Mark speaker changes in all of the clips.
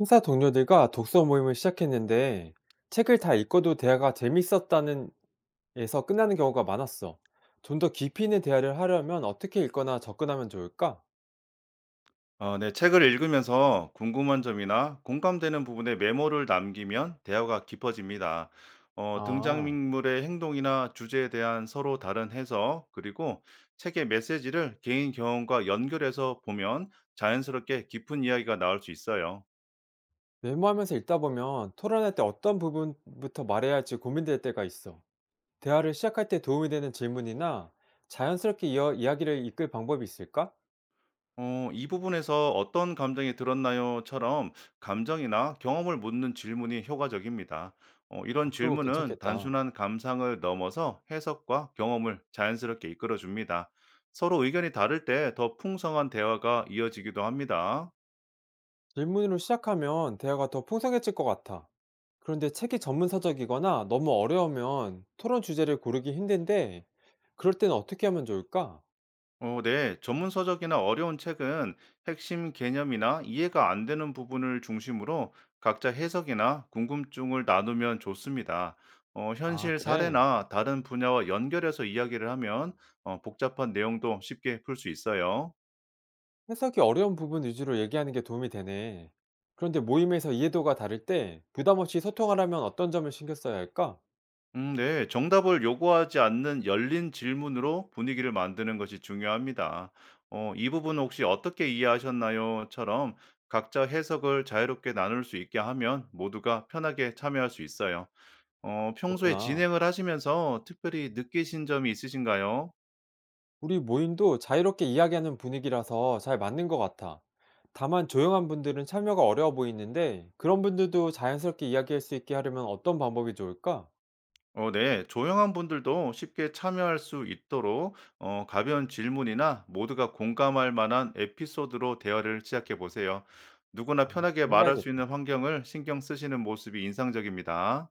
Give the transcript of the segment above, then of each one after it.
Speaker 1: 회사 동료들과 독서 모임을 시작했는데 책을 다 읽어도 대화가 재밌었다는 에서 끝나는 경우가 많았어. 좀 더 깊이 있는 대화를 하려면 어떻게 읽거나 접근하면 좋을까?
Speaker 2: 네. 책을 읽으면서 궁금한 점이나 공감되는 부분에 메모를 남기면 대화가 깊어집니다.
Speaker 1: 아,
Speaker 2: 등장인물의 행동이나 주제에 대한 서로 다른 해석, 그리고 책의 메시지를 개인 경험과 연결해서 보면 자연스럽게 깊은 이야기가 나올 수 있어요.
Speaker 1: 메모하면서 읽다 보면 토론할 때 어떤 부분부터 말해야 할지 고민될 때가 있어. 대화를 시작할 때 도움이 되는 질문이나 자연스럽게 이어 이야기를 이끌 방법이 있을까?
Speaker 2: 이 부분에서 어떤 감정이 들었나요?처럼 감정이나 경험을 묻는 질문이 효과적입니다. 이런
Speaker 1: 아, 그런 거
Speaker 2: 질문은
Speaker 1: 괜찮겠다.
Speaker 2: 단순한 감상을 넘어서 해석과 경험을 자연스럽게 이끌어줍니다. 서로 의견이 다를 때 더 풍성한 대화가 이어지기도 합니다.
Speaker 1: 질문으로 시작하면 대화가 더 풍성해질 것 같아. 그런데 책이 전문 서적이거나 너무 어려우면 토론 주제를 고르기 힘든데, 그럴 땐 어떻게 하면 좋을까?
Speaker 2: 네. 전문 서적이나 어려운 책은 핵심 개념이나 이해가 안 되는 부분을 중심으로 각자 해석이나 궁금증을 나누면 좋습니다.
Speaker 1: 아,
Speaker 2: 현실
Speaker 1: 그래.
Speaker 2: 사례나 다른 분야와 연결해서 이야기를 하면 복잡한 내용도 쉽게 풀 수 있어요.
Speaker 1: 해석이 어려운 부분 위주로 얘기하는 게 도움이 되네. 그런데 모임에서 이해도가 다를 때 부담 없이 소통하려면 어떤 점을 신경 써야 할까?
Speaker 2: 네. 정답을 요구하지 않는 열린 질문으로 분위기를 만드는 것이 중요합니다. "이 부분 혹시 어떻게 이해하셨나요?"처럼 각자 해석을 자유롭게 나눌 수 있게 하면 모두가 편하게 참여할 수 있어요. 평소에
Speaker 1: 그렇구나.
Speaker 2: 진행을 하시면서 특별히 느끼신 점이 있으신가요?
Speaker 1: 우리 모임도 자유롭게 이야기하는 분위기라서 잘 맞는 것 같아. 다만 조용한 분들은 참여가 어려워 보이는데 그런 분들도 자연스럽게 이야기할 수 있게 하려면 어떤 방법이 좋을까?
Speaker 2: 네. 조용한 분들도 쉽게 참여할 수 있도록 가벼운 질문이나 모두가 공감할 만한 에피소드로 대화를 시작해 보세요. 누구나 편하게 말할 수 있는
Speaker 1: 해봐야겠다.
Speaker 2: 환경을 신경 쓰시는 모습이 인상적입니다.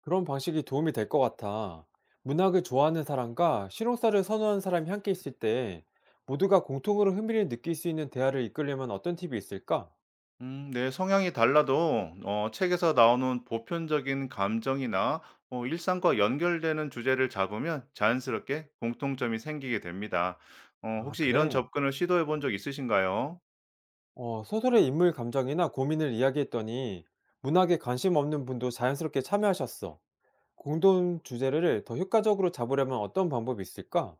Speaker 1: 그런 방식이 도움이 될 것 같아. 문학을 좋아하는 사람과 실용사를 선호하는 사람이 함께 있을 때 모두가 공통으로 흥미를 느낄 수 있는 대화를 이끌려면 어떤 팁이 있을까?
Speaker 2: 네. 성향이 달라도 책에서 나오는 보편적인 감정이나 일상과 연결되는 주제를 잡으면 자연스럽게 공통점이 생기게 됩니다.
Speaker 1: 아,
Speaker 2: 혹시 이런
Speaker 1: 그래.
Speaker 2: 접근을 시도해 본 적 있으신가요?
Speaker 1: 소설의 인물 감정이나 고민을 이야기했더니 문학에 관심 없는 분도 자연스럽게 참여하셨어. 공동 주제를 더 효과적으로 잡으려면 어떤 방법이 있을까?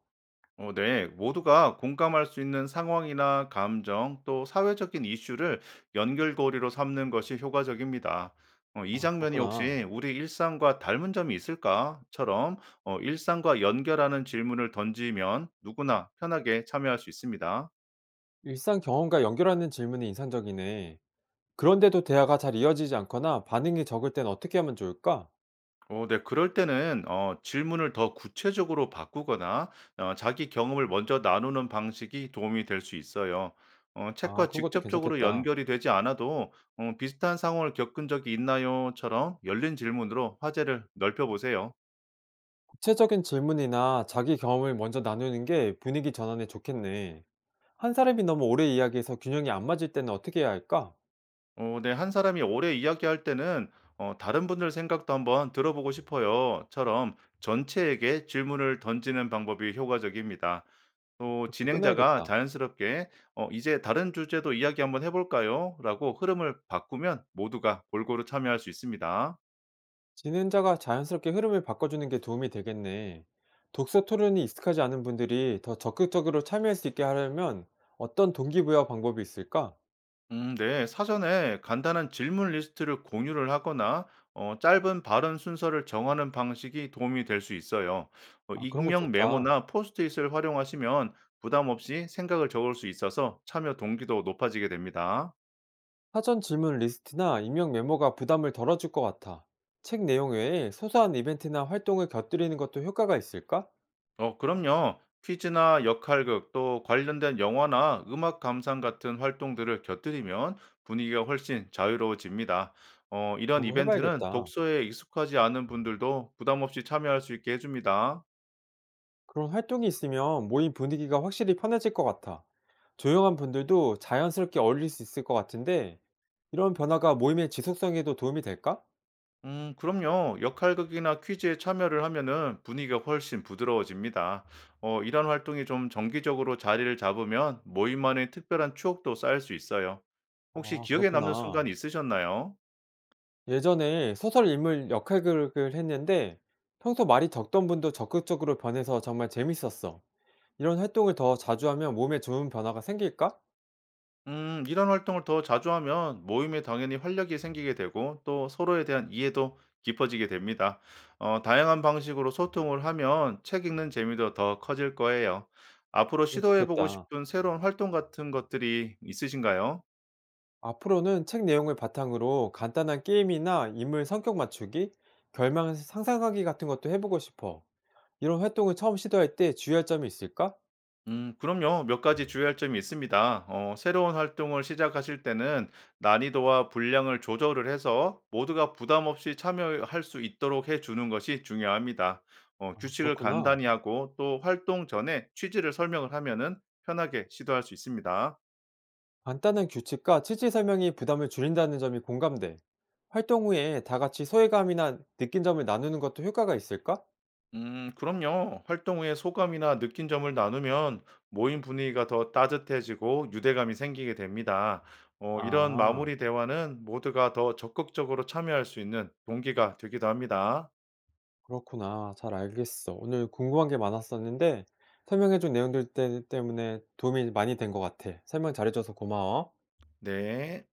Speaker 2: 네. 모두가 공감할 수 있는 상황이나 감정 또 사회적인 이슈를 연결고리로 삼는 것이 효과적입니다. 이
Speaker 1: 아,
Speaker 2: 장면이
Speaker 1: 그렇구나.
Speaker 2: 혹시 우리 일상과 닮은 점이 있을까?처럼 일상과 연결하는 질문을 던지면 누구나 편하게 참여할 수 있습니다.
Speaker 1: 일상 경험과 연결하는 질문이 인상적이네. 그런데도 대화가 잘 이어지지 않거나 반응이 적을 땐 어떻게 하면 좋을까?
Speaker 2: 네. 그럴 때는 질문을 더 구체적으로 바꾸거나 자기 경험을 먼저 나누는 방식이 도움이 될 수 있어요.
Speaker 1: 아,
Speaker 2: 책과
Speaker 1: 그런 것도
Speaker 2: 직접적으로
Speaker 1: 괜찮겠다.
Speaker 2: 연결이 되지 않아도 "비슷한 상황을 겪은 적이 있나요?"처럼 열린 질문으로 화제를 넓혀 보세요.
Speaker 1: 구체적인 질문이나 자기 경험을 먼저 나누는 게 분위기 전환에 좋겠네. 한 사람이 너무 오래 이야기해서 균형이 안 맞을 때는 어떻게 해야 할까?
Speaker 2: 네. "한 사람이 오래 이야기할 때는 다른 분들 생각도 한번 들어보고 싶어요."처럼 전체에게 질문을 던지는 방법이 효과적입니다. 또
Speaker 1: 그렇게
Speaker 2: 진행자가
Speaker 1: 끊어야겠다.
Speaker 2: 자연스럽게 이제 다른 주제도 이야기 한번 해 볼까요?" 라고 흐름을 바꾸면 모두가 골고루 참여할 수 있습니다.
Speaker 1: 진행자가 자연스럽게 흐름을 바꿔주는 게 도움이 되겠네. 독서 토론이 익숙하지 않은 분들이 더 적극적으로 참여할 수 있게 하려면 어떤 동기부여 방법이 있을까?
Speaker 2: 네. 사전에 간단한 질문 리스트를 공유를 하거나 짧은 발언 순서를 정하는 방식이 도움이 될 수 있어요.
Speaker 1: 아, 그런 거
Speaker 2: 익명
Speaker 1: 좋다.
Speaker 2: 메모나 포스트잇을 활용하시면 부담 없이 생각을 적을 수 있어서 참여 동기도 높아지게 됩니다.
Speaker 1: 사전 질문 리스트나 입력 메모가 부담을 덜어줄 것 같아. 책 내용 외에 소소한 이벤트나 활동을 곁들이는 것도 효과가 있을까?
Speaker 2: 그럼요. 퀴즈나 역할극 또 관련된 영화나 음악 감상 같은 활동들을 곁들이면 분위기가 훨씬 자유로워집니다. 이런
Speaker 1: 그런 거
Speaker 2: 이벤트는
Speaker 1: 해봐야겠다.
Speaker 2: 독서에 익숙하지 않은 분들도 부담 없이 참여할 수 있게 해줍니다.
Speaker 1: 그런 활동이 있으면 모임 분위기가 확실히 편해질 것 같아. 조용한 분들도 자연스럽게 어울릴 수 있을 것 같은데, 이런 변화가 모임의 지속성에도 도움이 될까?
Speaker 2: 그럼요. 역할극이나 퀴즈에 참여를 하면은 분위기가 훨씬 부드러워집니다. 이런 활동이 좀 정기적으로 자리를 잡으면 모임만의 특별한 추억도 쌓일 수 있어요. 혹시
Speaker 1: 아,
Speaker 2: 기억에 남는 순간
Speaker 1: 그렇구나.
Speaker 2: 있으셨나요?
Speaker 1: 예전에 소설 인물 역할극을 했는데, 평소 말이 적던 분도 적극적으로 변해서 정말 재밌었어. 이런 활동을 더 자주 하면 몸에 좋은 변화가 생길까?
Speaker 2: 이런 활동을 더 자주 하면 모임에 당연히 활력이 생기게 되고 또 서로에 대한 이해도 깊어지게 됩니다. 다양한 방식으로 소통을 하면 책 읽는 재미도 더 커질 거예요. 앞으로
Speaker 1: 그럼
Speaker 2: 시도해보고
Speaker 1: 좋겠다.
Speaker 2: 싶은 새로운 활동 같은 것들이 있으신가요?
Speaker 1: 앞으로는 책 내용을 바탕으로 간단한 게임이나 인물 성격 맞추기, 결말 상상하기 같은 것도 해보고 싶어. 이런 활동을 처음 시도할 때 주의할 점이 있을까?
Speaker 2: 그럼요. 몇 가지 주의할 점이 있습니다. 새로운 활동을 시작하실 때는 난이도와 분량을 조절을 해서 모두가 부담 없이 참여할 수 있도록 해 주는 것이 중요합니다.
Speaker 1: 아,
Speaker 2: 규칙을
Speaker 1: 그렇구나.
Speaker 2: 간단히 하고 또 활동 전에 취지를 설명을 하면은 편하게 시도할 수 있습니다.
Speaker 1: 간단한 규칙과 취지 설명이 부담을 줄인다는 점이 공감돼. 활동 후에 다 같이 소외감이나 느낀 점을 나누는 것도 효과가 있을까?
Speaker 2: 그럼요. 활동 후에 소감이나 느낀 점을 나누면 모임 분위기가 더 따뜻해지고 유대감이 생기게 됩니다. 이런
Speaker 1: 아,
Speaker 2: 마무리 대화는 모두가 더 적극적으로 참여할 수 있는 동기가 되기도 합니다.
Speaker 1: 그렇구나. 잘 알겠어. 오늘 궁금한 게 많았었는데 설명해준 내용들 때문에 도움이 많이 된 것 같아. 설명 잘해줘서 고마워.
Speaker 2: 네.